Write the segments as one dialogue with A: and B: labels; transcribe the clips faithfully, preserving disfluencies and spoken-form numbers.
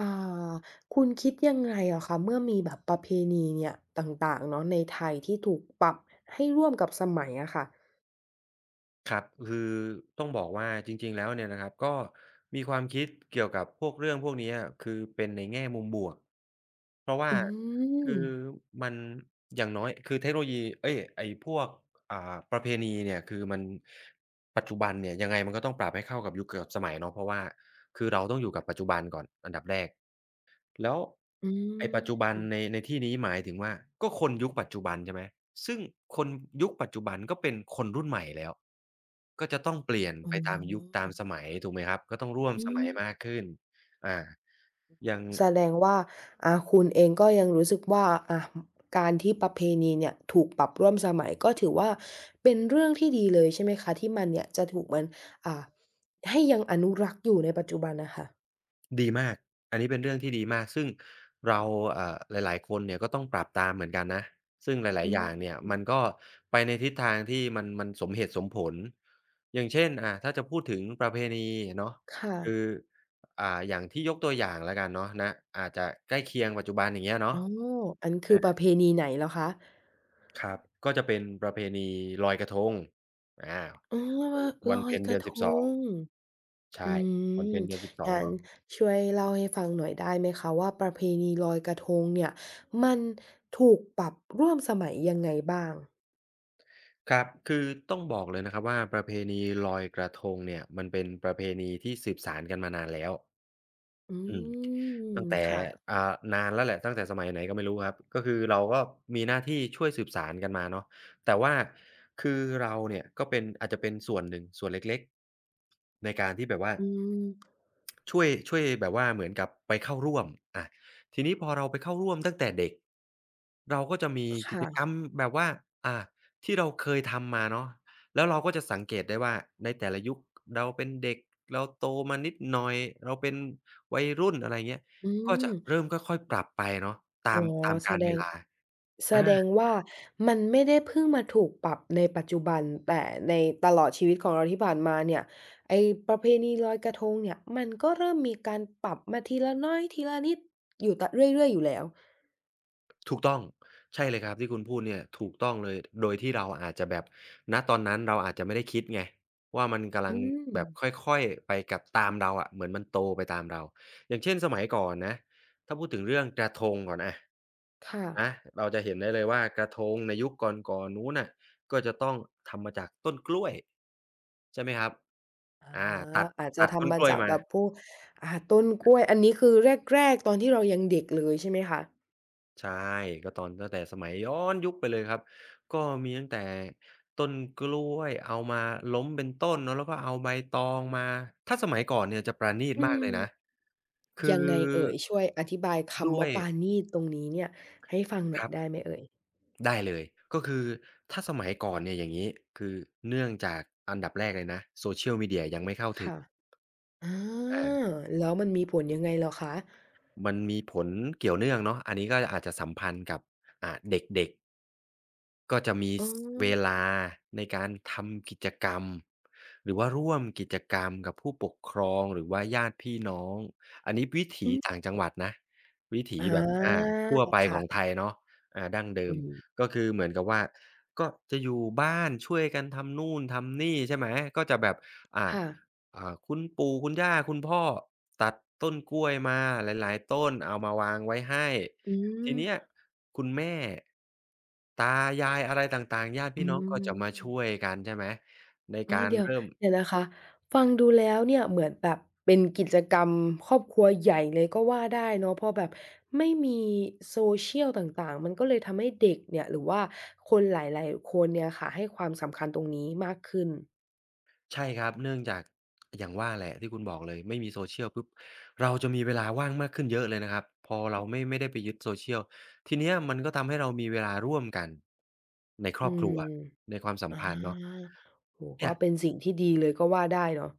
A: อ่าคุณคิดยังไงอะคะเมื่อมีแบบประเพณีเนี่ยต่างๆเนาะในไทยที่ถูกปรับให้ร่วมกับสมัยอะค่ะ
B: ครับคือต้องบอกว่าจริงๆแล้วเนี่ยนะครับก็มีความคิดเกี่ยวกับพวกเรื่องพวกเนี้ยคือเป็นในแง่มุมบวกเพราะว่า
A: อืม
B: คือมันอย่างน้อยคือเทคโนโลยีเอ๊ยไอ้พวกอ่าประเพณีเนี่ยคือมันปัจจุบันเนี่ยยังไงมันก็ต้องปรับให้เข้ากับยุคกับสมัยเนาะเพราะว่าคือเราต้องอยู่กับปัจจุบันก่อนอันดับแรก แล้ว
A: อื
B: ไอ้ปัจจุบัน
A: ม
B: ในในที่นี้หมายถึงว่าก็คนยุคปัจจุบันใช่ไหมซึ่งคนยุคปัจจุบันก็เป็นคนรุ่นใหม่แล้วก็จะต้องเปลี่ยน
A: อ
B: ไปตามยุคตา
A: ๋
B: มส
A: อ
B: มัยถูกไหมครับก็ต้องร่วม
A: อื
B: ส
A: ม
B: มัยมากขึ้นอาอย่าง
A: แสดงว่าอ่าคุณเองก็ยังรู้สึกว่าอ่าการที่ประเพณีเนี่ยถูกปรับร่วมสมัยก็ถือว่าเป็นเรื่องที่ดีเลยใช่ไหมคะที่มันเนี่ยจะถูกมันอ่าให้ยังอนุรักษ์อยู่ในปัจจุบันน่ะค่ะ
B: ดีมาก อันนี้เป็นเรื่องที่ดีมากซึ่งเราเอ่อหลายๆคนเนี่ยก็ต้องปรับตามเหมือนกันนะซึ่งหลา
A: อื
B: ยๆอย่าง
A: ม
B: เนี่ยมันก็ไปในทิศทางที่มันมันสมเหตุสมผลอย่างเช่นอ่าถ้าจะพูดถึงประเพณีเนาะ
A: ค่ะ
B: คืออ่าอย่างที่ยกตัวอย่างแล้วกันเนาะณอาจจะใกล้เคียงปัจจุบันอย่างเงี้ยเนาะ
A: อ๋ออันคือประ
B: อา
A: เพณีไหนเหรอคะ
B: ครับก็จะเป็นประเพณีลอยกระทงอา
A: อ๋อ
B: วัน
A: ว่าล
B: วัน
A: อย
B: เพ็ญ
A: ก
B: เดื
A: ระ
B: อน
A: ท
B: สิบสอง
A: ง อื
B: ใช่วัน
A: ม
B: เพ็ญเดือนสิบสอง
A: งั้น
B: เนาะ
A: ช่วยเล่าให้ฟังหน่อยได้ไหมคะว่าประเพณีลอยกระทงเนี่ยมันถูกปรับร่วมสมัยยังไงบ้าง
B: ครับคือต้องบอกเลยนะครับว่าประเพณีลอยกระทงเนี่ยมันเป็นประเพณีที่สืบสานกันมานานแล้ว
A: อื
B: อืม
A: ม
B: ตั้งแต่
A: ค่ะ
B: อ่านานแล้วแหละตั้งแต่สมัยไหนก็ไม่รู้ครับก็คือเราก็มีหน้าที่ช่วยสืบสานกันมาเนาะแต่ว่าคือเราเนี่ยก็เป็นอาจจะเป็นส่วนหนึ่งส่วนเล็กๆในการที่แบบว่า
A: อืม
B: ช่วยช่วยแบบว่าเหมือนกับไปเข้าร่วมอาทีนี้พอเราไปเข้าร่วมตั้งแต่เด็กเราก็จะมีกิจกรร
A: ค่ะ
B: มแบบว่าอาที่เราเคยทำมาเนาะแล้วเราก็จะสังเกตได้ว่าในแต่ละยุคเราเป็นเด็กเราโตมานิดหน่อยเราเป็นวัยรุ่นอะไรเงี้ย
A: อื
B: ก็
A: ม
B: จะเริ่มค่อยๆปรับไปเนาะ
A: อ๋
B: ตา
A: อ
B: มตาม
A: แส
B: กาล
A: ด
B: เว
A: ง
B: ลา
A: แส
B: อา
A: ดงว่ามันไม่ได้เพิ่งมาถูกปรับในปัจจุบันแต่ในตลอดชีวิตของเราที่ผ่านมาเนี่ยไอ้ประเพณีลอยกระทงเนี่ยมันก็เริ่มมีการปรับมาทีละน้อยทีละนิดอยู่ตะเรื่อยๆอยู่แล้ว
B: ถูกต้องใช่เลยครับที่คุณพูดเนี่ยถูกต้องเลยโดยที่เราอาจจะแบบณตอนนั้นเราอาจจะไม่ได้คิดไงว่ามันกำลั
A: อื
B: ง
A: ม
B: แบบค่อยๆไปกับตามเราอะเหมือนมันโตไปตามเราอย่างเช่นสมัยก่อนนะถ้าพูดถึงเรื่องกระทงก่อนอะ
A: ค่ะ
B: นะเราจะเห็นได้เลยว่ากระทงในยุคก่อนๆนู้นน่ะก็จะต้องทำมาจากต้นกล้วยใช่ไหมครับ
A: อ
B: อาตั
A: า
B: ด
A: อาจ
B: ตั
A: จะ
B: ดต้น
A: ทำมา
B: กล้วย
A: จาก
B: มา
A: แบบพวกอ่าต้นกล้วยอันนี้คือแรกๆตอนที่เรายังเด็กเลยใช่ไหมคะ
B: ใช่ก็ตอนตั้งแต่สมัยย้อนยุคไปเลยครับก็มีตั้งแต่ต้นกล้วยเอามาล้มเป็นต้นเนาะแล้วก็เอาใบตองมาถ้าสมัยก่อนเนี่ยจะประณีต
A: อื
B: มากเลยนะ
A: ม
B: คือ
A: ยังไงเอ่ยช่วยอธิบายคำ
B: ด้ว
A: ว่า
B: ย
A: ปราณีตตรงนี้เนี่ยให้ฟังหน่
B: ค
A: อย
B: รั
A: ได้
B: บ
A: ไหมเอ่ย
B: ได้เลยก็คือถ้าสมัยก่อนเนี่ยอย่างงี้คือเนื่องจากอันดับแรกเลยนะ Social Media ยังไม่เข้าถึง
A: ค่ะ อา
B: อา
A: แล้วมันมีผลยังไงเหรอคะ
B: มันมีผลเกี่ยวเนื่องเนาะอันนี้ก็อาจจะสัมพันธ์กับอ่าเด็กๆ ก็จะมี
A: อ๋อ
B: สเวลาในการทำกิจกรรมหรือว่าร่วมกิจกรรมกับผู้ปกครองหรือว่าญาติพี่น้องอันนี้วิถี
A: อืม
B: ต่างจังหวัดนะวิถี
A: อ
B: แบบอา
A: า
B: ทั่วไปของไท
A: ค่ะ
B: ยเนาะอาดั้งเดิ
A: อื
B: ม
A: ม
B: ก็คือเหมือนกับว่าก็จะอยู่บ้านช่วยกันทำนู่นทำนี่ใช่ไหมก็จะแบบอ่า
A: ค่ะ
B: อ่าคุณปู่คุณย่าคุณพ่อตัดต้นกล้วยมาหลายๆต้นเอามาวางไว้ให้
A: อื
B: ที
A: ม
B: เนี้ยคุณแม่ตายายอะไรต่างๆญาติ
A: อื
B: พี่น้องก็จะมาช่วย
A: ม
B: กันใช่ไหมใน
A: อ้อ
B: การ
A: เดี๋ยว
B: เริ่ม
A: เดี๋ยวนะคะฟังดูแล้วเนี่ยเหมือนแบบเป็นกิจกรรมครอบครัวใหญ่เลยก็ว่าได้เนาะเพราะแบบไม่มี Social ต่างๆมันก็เลยทำให้เด็กเนี่ยหรือว่าคนหลายๆคนเนี่ยค่ะให้ความสำคัญตรงนี้มากขึ้น
B: ใช่ครับเนื่องจากอย่างว่าแหละที่คุณบอกเลยไม่มี social ปุ๊บเราจะมีเวลาว่างมากขึ้นเยอะเลยนะครับพอเราไม่ไม่ได้ไปยึด social ทีเนี้ยมันก็ทำให้เรามีเวลาร่วมกันในคร
A: อื
B: อบครั
A: ม
B: วในความสั
A: อ
B: มพันธ์เนาะ
A: าโอ้โฮ
B: เนี่
A: ก็
B: ย
A: เป็นสิ่งที่ดีเลยก็ว่าได้เนาะ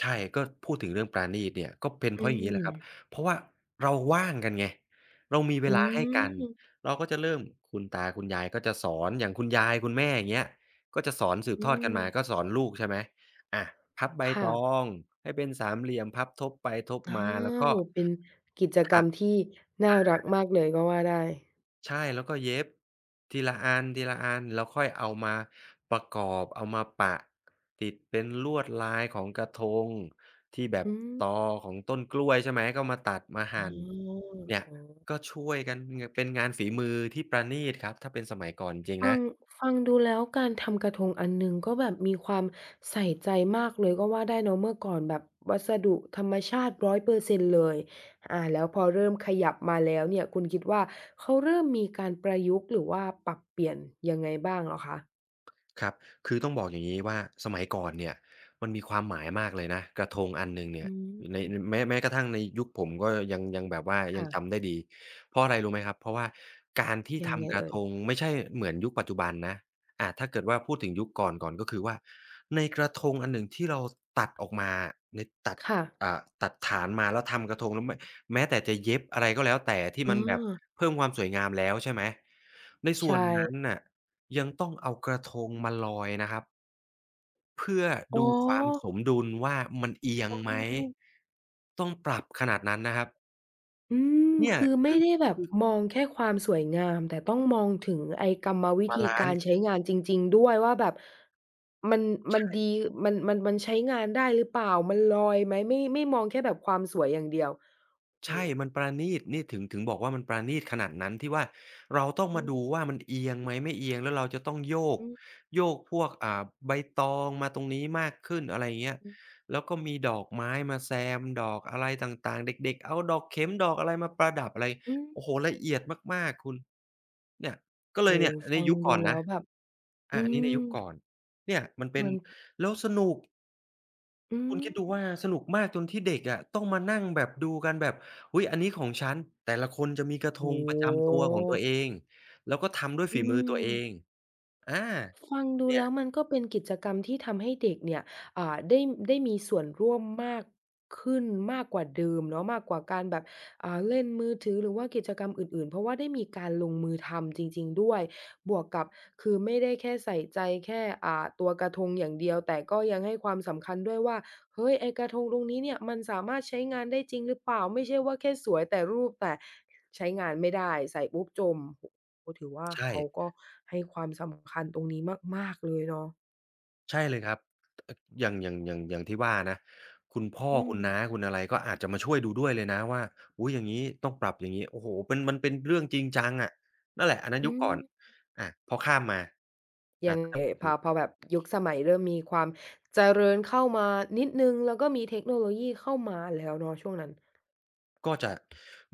B: ใช่ก็พูดถึงเรื่องปราณีตเนี่ยก็เป็นเพ
A: อื
B: ราะอย่างงี้แหละ
A: ม
B: ครับเพราะว่าเราว่างกันไงเรามีเว
A: อื
B: ลาให้กัน
A: ม
B: เราก็จะเริ่มคุณตาคุณยายก็จะสอนอย่างคุณยายคุณแม่อย่างเงี้ยก็จะสอนสืบ
A: อื
B: ทอดกัน
A: ม
B: มาก็สอนลูกใช่ไหมอาพับใบต
A: ค่ะ
B: องให้เป็นสามเหลี่ยมพับทบไปทบ
A: อา
B: มาแล้วก็
A: โอ้โฮเป็นกิจกร
B: ทา
A: รมที่น่ารักมากเลยก็ว่าได้
B: ใช่แล้วก็เย็บทีละอันทีละอันแล้วค่อยเอามาประกอบเอามาปะติดเป็นลวดลายของกระทงที่แบบ
A: อื
B: ต
A: ม
B: อของต้นกล้วยใช่ไหมก็มาตัดมา
A: อ๋
B: หั่น
A: อ
B: เนี่ย
A: อ๋อ
B: ก็ช่วยกันงเป็นงานฝีมือที่ประณีตครับถ้าเป็นสมัยก่อนจริงๆ
A: ฟั
B: นะ
A: งฟังดูแล้วการทำกระทงอันหนึ่งก็แบบมีความใส่ใจมากเลยก็ว่าได้เนาะเมื่อก่อนแบบวัสดุธรรมชาติหนึ่งร้อยเปอร์เซ็นต์เลยอาแล้วพอเริ่มขยับมาแล้วเนี่ยคุณคิดว่าเขาเริ่มมีการประยุกต์หรือว่าปรับเปลี่ยนยังไงบ้างเหรอคะ
B: ครับคือต้องบอกอย่างนี้ว่าสมัยก่อนเนี่ยมันมีความหมายมากเลยนะกระทงอันหนึ่งเนี่ย
A: อื
B: ใน
A: ม
B: แม้แม้กระทั่งในยุคผมก็ยังยังแบบว่ายั
A: ค่ะ
B: งจำได้ดีเพราะอะไรรู้ไหมครับเพราะว่าการที่
A: ยังไง
B: ทำกระ
A: เอ่ย
B: ทงไม่ใช่เหมือนยุคปัจจุบันนะอาถ้าเกิดว่าพูดถึงยุคก่อนก่อนก็คือว่าในกระทงอันหนึ่งที่เราตัดออกมาในตัด
A: ค่ะ
B: อ่าตัดฐานมาแล้วทำกระทงแล้วแม้แม้แต่จะเย็บอะไรก็แล้วแต่ที่
A: อ๋อ
B: มันแบบเพิ่มความสวยงามแล้วใช่ไหมในส่วน
A: ใช่
B: นั้นน่ะ ยังต้องเอากระทงมาลอยนะครับเพื่อ
A: อ๋
B: ดู
A: อ
B: ความสมดุลว่ามันเอียง
A: อ๋
B: ไหม
A: อ
B: ต้องปรับขนาดนั้นนะครับ
A: อืม
B: เนี่ย
A: คือไม่
B: คือ
A: ได้แบบ
B: คือ
A: มองแค่ความสวยงามแต่ต้องมองถึงไอ้กรรมวิ
B: บา
A: ธี
B: ลั
A: กา
B: น
A: ร
B: ซ์
A: ใช้งานจริงๆด้วยว่าแบบมัน
B: ใช
A: มันดี
B: ่
A: มันมันมันใช้งานได้หรือเปล่ามันลอยไหมไม่ไม่มองแค่แบบความสวยอย่างเดียวโอ้
B: ใช่
A: โฮ
B: มันประณีตนี่ถึงถึงบอกว่ามันประณีตขนาดนั้นที่ว่าเราต้อง
A: อื
B: มา
A: ม
B: ดูว่ามันเอียงไหมไม่เอียงแล้วเราจะต้องโยก
A: อืม
B: โยกพวกอ่าใบตองมาตรงนี้มากขึ้นอะไรอย่างเงี้ย
A: อืม
B: แล้วก็มีดอกไม้มาแซมดอกอะไรต่างๆเด็กๆเอาดอกเข็มดอกอะไรมาประดับอะไร
A: อืม
B: โอ้โฮละเอียดมากๆคุณ เนี่ยก็เลย
A: โอ้
B: เนี่ย
A: โฮ
B: ใน
A: ฟัง
B: ยุคก่
A: ดู
B: อน
A: แล้
B: นะ
A: วแบบอื
B: อาอันนี้ใน
A: ม
B: ยุคก่อนเนี่ยมัน
A: เห
B: เป็น
A: มือน
B: แล้วสนุก
A: อื
B: คุณ
A: ม
B: คิดดูว่าสนุกมากจนที่เด็กอะต้องมานั่งแบบดูกันแบบอุ๊ยอันนี้ของฉันแต่ละคนจะมีกระท
A: โอ้
B: งประจำตัวของตัว
A: โฮ
B: เองแล้วก็ทำด้วย
A: อื
B: ฝีมือตัวเอง
A: ม
B: อา
A: ฟังดู
B: เนี่ย
A: แล้วมันก็เป็นกิจกรรมที่ทำให้เด็กเนี่ยอ่าได้ได้มีส่วนร่วมมากขึ้นมากกว่าเดิมเนาะมากกว่าการแบบอ่าเล่นมือถือหรือว่ากิจกรรมอื่นๆเพราะว่าได้มีการลงมือทำจริงๆด้วย บวกกับ คือไม่ได้แค่ใส่ใจแค่อ่าตัวกระทงอย่างเดียว แต่ก็ยังให้ความสำคัญด้วยว่าเฮ้ยไอ้กระทงตรงนี้เนี่ยมันสามารถใช้งานได้จริงหรือเปล่าไม่ใช่ว่าแค่สวยแต่รูปแต่ใช้งานไม่ได้ใส่ปุ๊บจม ก็ถือว่า
B: ใช่
A: เขาก็ให้ความสำคัญตรงนี้มากๆเลยเนาะ
B: ใช่เลยครับออย่างอย่างอย่างอย่างที่ว่านะคุณพ่อ
A: อืม
B: คุณน้าคุณอะไรก็อาจจะมาช่วยดูด้วยเลยนะว่าอุ๊ยอย่างงี้ต้องปรับอย่างงี้โอ้โฮเป็นมันเป็นเรื่องจริงจังอะนั่นแหละอันนั้น
A: อื
B: ยุคก่
A: ม
B: อนอาพอข้ามมาอา
A: ยัง
B: ถ้า
A: ไง
B: จะพูด
A: พ
B: ถึ
A: อ
B: ง
A: พอแบบยุคสมัยเริ่มมีความเจริญเข้ามานิดหนึ่งแล้วก็มีเทคโนโลยีเข้ามาแล้วเนาะช่วงนั้น
B: ก็จะ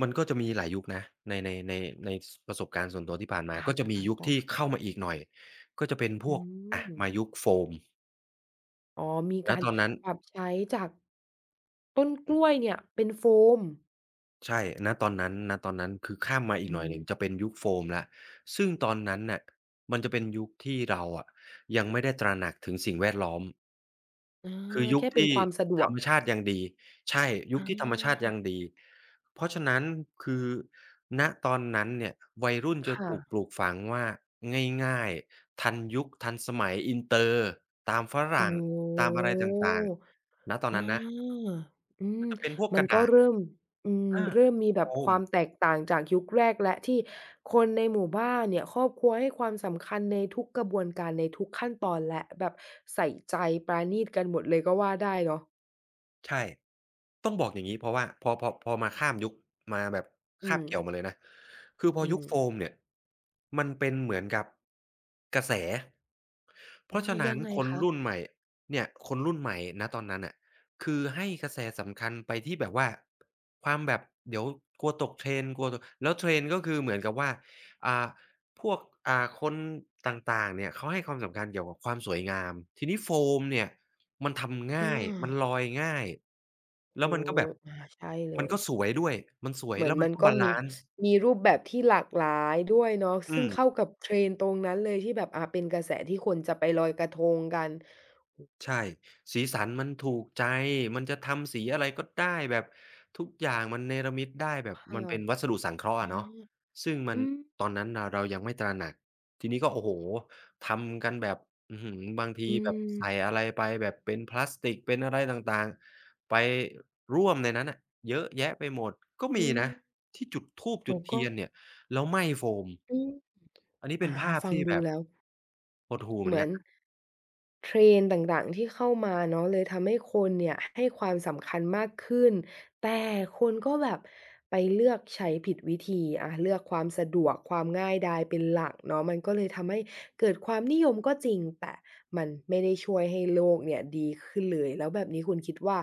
B: มันก็จะมีหลายยุคนะในในในในสประสบการณ์ส่วนตัวที่ผ่านมา
A: อา
B: ก็
A: ๆ
B: จะมียุค
A: ค่ะ
B: ที่เข้ามาอีกหน่อยก็จะเป็นพ
A: อื
B: วกอา
A: ม
B: มายุคโฟม
A: อ๋อมี
B: ณ
A: การ
B: ตอนนั้น
A: ปรับใช้จากต้นกล้วยเนี่ยเป็นโฟม
B: ใช่ณตอนนั้นณตอนนั้นคือข้ามมาอีก
A: อื
B: หน่อยห
A: ม
B: นึ่งจะเป็นยุคโฟมแล้วซึ่งตอนนั้นน่ะมันจะเป็นยุคที่เราอะยังไม่ได้ตระหนักถึงสิ่งแวดล้อมคือ
A: อา
B: ยุค
A: แค่เป็น
B: ที่
A: ความสะดว
B: ธร
A: ก
B: รมชาติยังดีใช่ยุคที่ธรรมชาติ
A: อา
B: ยังดี เพราะฉะนั้นคือณตอนนั้นเนี่ยวัยรุ่น
A: ค
B: จะถูกป
A: ่ะ
B: ลูกฝังว่า ง่ายๆทันยุคทันสมัยอินเตอร์ ตามฝ
A: โอ้
B: รั่
A: โ
B: งตามอะไรต่างๆณตอ
A: ฮ
B: น
A: อ
B: นั้นนะ
A: าอื
B: ก็
A: ม
B: จะเป็นพวก
A: มั
B: ก
A: น
B: ระ
A: ก็
B: ดาษ
A: เริ่มอืม
B: อา
A: เริ่มมีแบ
B: โฟ
A: บค
B: ม
A: วามแตกต่างจากยุคแรกแล้วที่คนในหมู่บ้านเนี่ยครอบครัวให้ความสำคัญในทุกกระบวนการในทุกขั้นตอนแล้วแบบใส่ใจปราณีตกันหมดเลยก็ว่าได้เนาะ
B: ใช่ต้องบอกอย่างงี้เพราะว่าพอพอพอมาข้ามยุคมาแบบ
A: อื
B: คาบ
A: ม
B: เกี่ยวมาเลยนะคือพอ
A: อื
B: ยุค
A: ม
B: โฟมเนี่ยมันเป็นเหมือนกับกระแสเพราะ
A: อา
B: ฉะ
A: ยั
B: นั้น
A: งไง
B: คน
A: คะ
B: รุ่นใหม่เนี่ยคนรุ่นใหม่ณตอนนั้นน่ะคือให้กระแสสำคัญไปที่แบบว่าความแบบเดี๋ยวกลัวตก trend กลัวตกแล้ว trend ก็คือเหมือนกับว่าอ่าพวกอ่าคนต่างๆเนี่ยเขาให้ความสำคัญเกี่ยวกับความสวยงามทีนี้โฟมเนี่ย มันทำ
A: อ
B: ง่าย มันล
A: า
B: อยง่าย
A: โอ้โฮ
B: แล้วมันก็แบบ
A: อาใช่เล
B: มัน
A: ย
B: ก็สวยด้วย มันสวย
A: เหมือ
B: แล้
A: น
B: วมั
A: มั
B: น
A: น
B: ก็
A: ก็
B: บาลั
A: มี
B: นซ์
A: มีรูปแบบที่หลากหลายด้วยเนาะ
B: อื
A: ซึ่ง
B: ม
A: เข้ากับ Trend ตรงนั้นเลยที่แบบอ่าเป็นกระแสที่คนจะไปลอยกระทงกัน
B: ใช่สีสันมันถูกใจมันจะทำสีอะไรก็ได้แบบทุกอย่างมันเนรมิตได้แบบ
A: ค่ะ
B: มันเป็นวัสดุสังเคราะห์
A: อา
B: อะเนาะซึ่งมัน
A: อืม
B: ตอนนั้นน่ะเรายังไม่ตระหนักทีนี้ก็โอ้โฮทำกันแบบอื้อฮือบางที
A: อื
B: แบบ
A: ม
B: ใส่อะไรไปแบบเป็นพลาสติกเป็นอะไรต่างๆไปร่วมในนั้นน่ะเยอะแยะไปหมดก็
A: อื
B: มีนะ
A: ม
B: ที่จุดธูปจุ
A: โอ้
B: ด
A: โฮ
B: เที
A: ก็
B: ยนเนี่ยแล้วไหม้โฟม
A: อืม
B: อันนี้เป็
A: อา
B: นภาพ
A: ฟัง
B: ที่แบ
A: ดู
B: บ
A: แล้ว
B: หดหู่เหมื
A: เห
B: อน
A: มือ
B: กั
A: น
B: น
A: เทรนด์ต่างๆที่เข้ามาเนาะเลยทำให้คนเนี่ยให้ความสำคัญมากขึ้นแต่คนก็แบบไปเลือกใช้ผิดวิธีอาเลือกความสะดวกความง่ายดายเป็นหลักเนาะมันก็เลยทำให้เกิดความนิยมก็จริงแต่มันไม่ได้ช่วยให้โลกเนี่ยดีขึ้นเลยแล้วแบบนี้คุณคิดว่า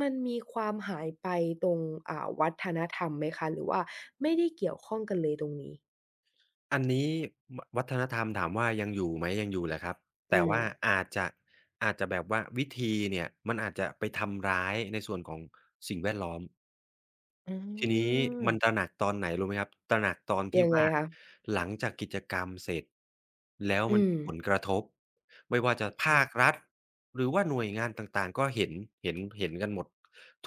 A: มันมีความหายไปตรงอ่าวัฒนธรรมไหมคะหรือว่าไม่ได้เกี่ยวข้องกันเลยตรงนี้
B: อันนี้ววัฒนธรรมถามว่ายังอยู่ไหมยังอยู่แหละครับ
A: อื
B: แต่
A: ม
B: ว่าอาจจะอาจจะแบบว่าวิธีเนี่ยมันอาจจะไปทำร้ายในส่วนของสิ่งแวดล้อม
A: อื
B: ทีนี้มันตระ
A: ม
B: หนักตอนไหนรู้ไหมครับตระหนักตอนที่
A: ยังไง
B: ว่า
A: คะ
B: หลังจากกิจกรรมเสร็จแล้วมั
A: อื
B: น
A: ม
B: มีผลกระทบไม่ว่าจะภาครัฐหรือว่าหน่วยงานต่างๆก็เห็นเห็นเห็นกันหมด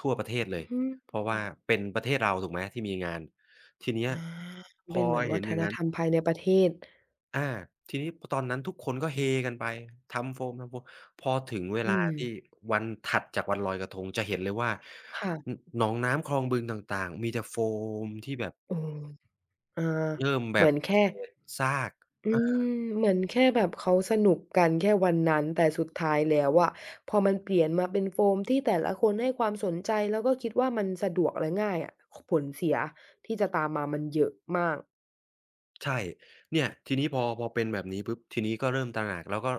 B: ทั่วประเทศเลย
A: อืม
B: เพราะว่าเป็นประเทศเราถูกไหมที่มีงานทีเนี้ย
A: อา
B: พ
A: เป็
B: อ
A: นเหมือนวั
B: เห็น
A: ฒ
B: อย่า
A: น
B: งงั้
A: ธ
B: น
A: รรมภายในประเทศ
B: อาทีนี้พอตอนนั้นทุกคนก็เฮกันไปทำโฟมทำโฟมพอถึงเว
A: อื
B: ลาที่
A: ม
B: วันถัดจากวันลอยกระทงจะเห็นเลยว่าน
A: ค่ะ
B: หนองน้ำคลองบึงต่างๆมีแต่โฟมที่แบบ
A: เอออา
B: เริ่มแบ
A: เหมื
B: บ
A: อน
B: เป็น
A: แค่
B: เศษซาก
A: อืมเหมือนแค่แบบเขาสนุกกันแค่วันนั้นแต่สุดท้ายแล้วอะพอมันเปลี่ยนมาเป็นโฟมที่แต่ละคนให้ความสนใจแล้วก็คิดว่ามันสะดวกและง่ายอะขผลเสียที่จะตามมามันเยอะมาก
B: ใช่เนี่ยทีนี้พอพอเป็นแบบนี้ปุ๊บทีนี้ก็เริ่มตระหนักแล้วก็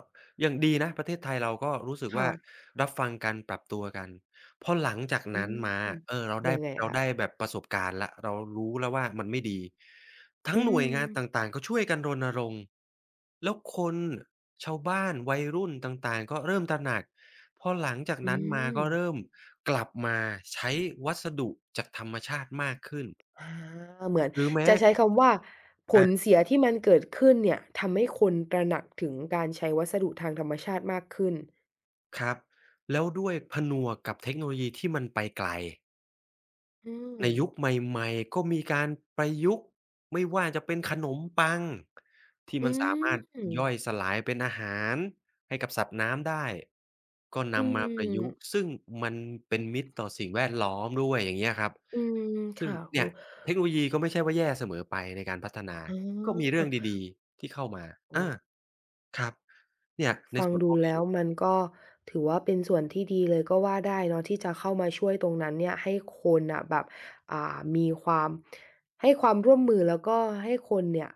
B: ยังดีนะประเทศไทยเราก็รู้สึก
A: ค่ะ
B: ว่ารับฟังกัน ปรับตัวกัน พอหลังจาก
A: อื
B: นั้นมา
A: ม
B: เออเรา
A: ยั
B: ได้
A: งไง
B: เรา
A: คะ
B: ได้แบบประสบการณ์แล้วเรารู้แล้วว่ามันไม่ดี ทั้
A: อื
B: งหน่วย
A: ม
B: งานต่างๆก็ช่วยกันรณรงค์แล้วคนชาวบ้านวัยรุ่นต่างๆก็เริ่มตระหนักพอหลังจาก
A: อื
B: นั้นมา
A: ม
B: ก็เริ่มกลับมาใช้วัสดุจากธรรมชาติมากขึ้น
A: อาเหมือน
B: หรือแม้
A: จะใช้คำว่าผล
B: อา
A: เสียที่มันเกิดขึ้นเนี่ยทำให้คนตระหนักถึงการใช้วัสดุทางธรรมชาติมากขึ้น
B: ครับแล้วด้วยผนวกกับเทคโนโลยีที่มันไปไกล
A: อื
B: ใน
A: ม
B: ยุคใหม่ๆก็มีการประยุกต์ไม่ว่าจะเป็นขนมปังที่
A: อื
B: มันสามา
A: ม
B: รถ
A: อื
B: ย่อยสลายเป็นอาหารให้กับสัตว์น้ำได้ก็นำมาประยุ
A: ม
B: กต์ซึ่งมันเป็นมิตรต่อสิ่งแวดล้อมด้วยอย่างเงี้ยครับ
A: อืม
B: ซึ่ง
A: ค่ะโอ้
B: เนี่ยเทคโนโลยีก็ไม่ใช่ว่าแย่เสมอไปในการพัฒนา
A: อ
B: ก็มีเรื่
A: า
B: องดีๆที่เข้ามา
A: โอ
B: อา
A: ้
B: ครับเนี่ยใน
A: ฟัง
B: ส่วนพ
A: ดู
B: วก
A: แล้
B: นี้
A: วมันก็ถือว่าเป็นส่วนที่ดีเลยก็ว่าได้เนาะที่จะเข้ามาช่วยตรงนั้นเนี่ยให้คนน่ะแบบอ่ามีความให้ความร่วมมือแล้วก็ให้คนเนี่ย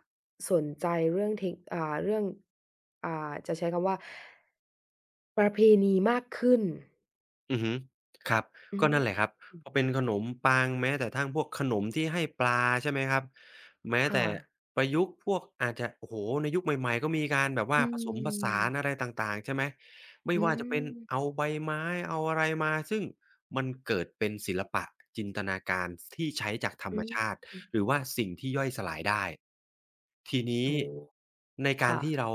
A: สนใจเรื่องเทคอ่าเรื่องอ่าจะใช้คำว่าประเพณีมากขึ้น
B: อือฮึครับ
A: อื
B: ก็นั่นแหละครั
A: ม
B: บพอเป็นขนมปังแม้แต่ทั่งพวกขนมที่ให้ปลาใช่ไหมครับแม้
A: ค่ะ
B: แต่ประยุกต์พวกอาจจะโอ้โฮในยุคใหม่ๆก็มีการแบบว่า
A: อื
B: ผสมผสานอะ
A: ม
B: ไรต่างๆใช่ไหมไม่
A: อื
B: ว่าจะเป็น
A: ม
B: เอาใบไม้เอาอะไรมาซึ่งมันเกิดเป็นศิลปะจินตนาการที่ใช้จากธรรม
A: อืม
B: ชาติหรือว่าสิ่งที่ย่อยสลายได้ทีนี้
A: โอ้โฮ
B: ในการ
A: ค่ะ
B: ที่เรา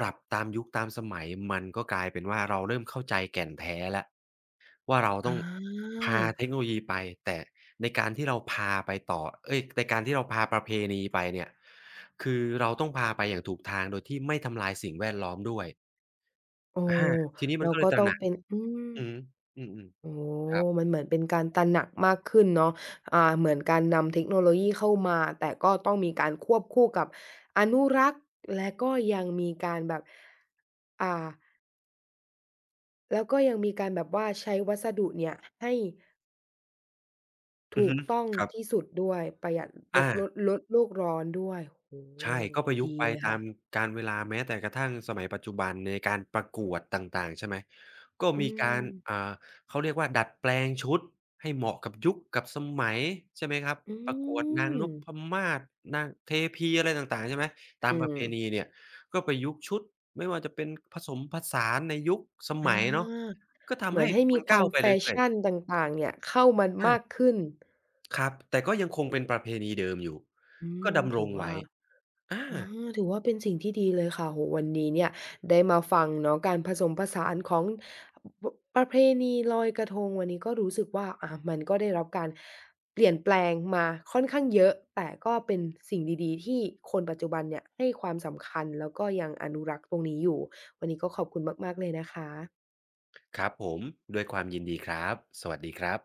B: ปรับตามยุคตามสมัยมันก็กลายเป็นว่าเราเริ่มเข้าใจแก่นแท้แล้ว ว่าเรา
A: อ
B: ต้อง
A: า
B: พาเทคโนโลยีไปแต่ในการที่เราพาไปต่อเอ้ยในการที่เราพาประเพณีไปเนี่ยคือเราต้องพาไปอย่างถูกทางโดยที่ไม่ทำลายสิ่งแวดล้อมด้วย
A: โอ้
B: อาทีนี้มัน
A: เรา
B: ก็เล
A: ก็
B: ยต
A: ต้
B: ระ
A: อง
B: หนัก
A: เป็นอืม
B: อือฮึอือ
A: โอ้
B: ๆครับ
A: มันเหมือนเป็นการตระหนักมากขึ้นเนาะอ่าเหมือนการนำเทคโนโลยีเข้ามาแต่ก็ต้องมีการควบคู่กับอนุรักษ์และก็ยังมีการแบบอ่าแล้วก็ยังมีการแบบว่าใช้วัสดุเนี่ยให้
B: อือ
A: ถูก
B: ฮึ
A: ต้อง
B: ครับ
A: ที่สุดด้วยประหยัดโลกล
B: อา
A: ดลดโลกร้อนด้วยโอ้โ
B: ใช่ก็
A: ฮ
B: ประยุก
A: ดี
B: ต์ไป
A: เลย
B: ตา
A: ค่ะ
B: มกาลเวลาแม้แต่กระทั่งสมัยปัจจุบันในการประกวดต่างๆใช่ไหมก็
A: อื
B: มีการ
A: ม
B: อ่าเขาเรียกว่าดัดแปลงชุดให้เหมาะกับยุคกับสมัยใช่ไหมครับ
A: อื
B: ประกวดนาง
A: ม
B: นพมาศนางเทพีอะไรต่างๆใช่ไหมตา
A: อื
B: มประ
A: ม
B: เพณีเนี่ยก็ประยุกต์ชุดไม่ว่าจะเป็นผสมผสานในยุคส
A: อา
B: มัยเนาะก็
A: เห
B: ทำ
A: มือ
B: ให้
A: นให้มี
B: มัน
A: ควา
B: ก้าว
A: ม
B: ไป
A: แฟ
B: เรื่อย
A: ชั่น
B: ๆ
A: ต่างๆเนี่ยเข้ามา
B: อา
A: มากขึ้น
B: ครับแต่ก็ยังคงเป็นประเพณีเดิมอยู่
A: อื
B: ก็
A: ม
B: ดำร
A: ถือ
B: ง
A: ว่า
B: ไว้อา
A: อาถือว่าเป็นสิ่งที่ดีเลยค่ะโอ้โฮวันนี้เนี่ยได้มาฟังเนาะการผสมผสานของปประเพณีลอยกระทงวันนี้ก็รู้สึกว่าอามันก็ได้รับการเปลี่ยนแปลงมาค่อนข้างเยอะแต่ก็เป็นสิ่งดีๆที่คนปัจจุบันเนี่ยให้ความสำคัญแล้วก็ยังอนุรักษ์ตรงนี้อยู่วันนี้ก็ขอบคุณมากๆเลยนะคะ
B: ครับผมด้วยความยินดีครับสวัสดีครับ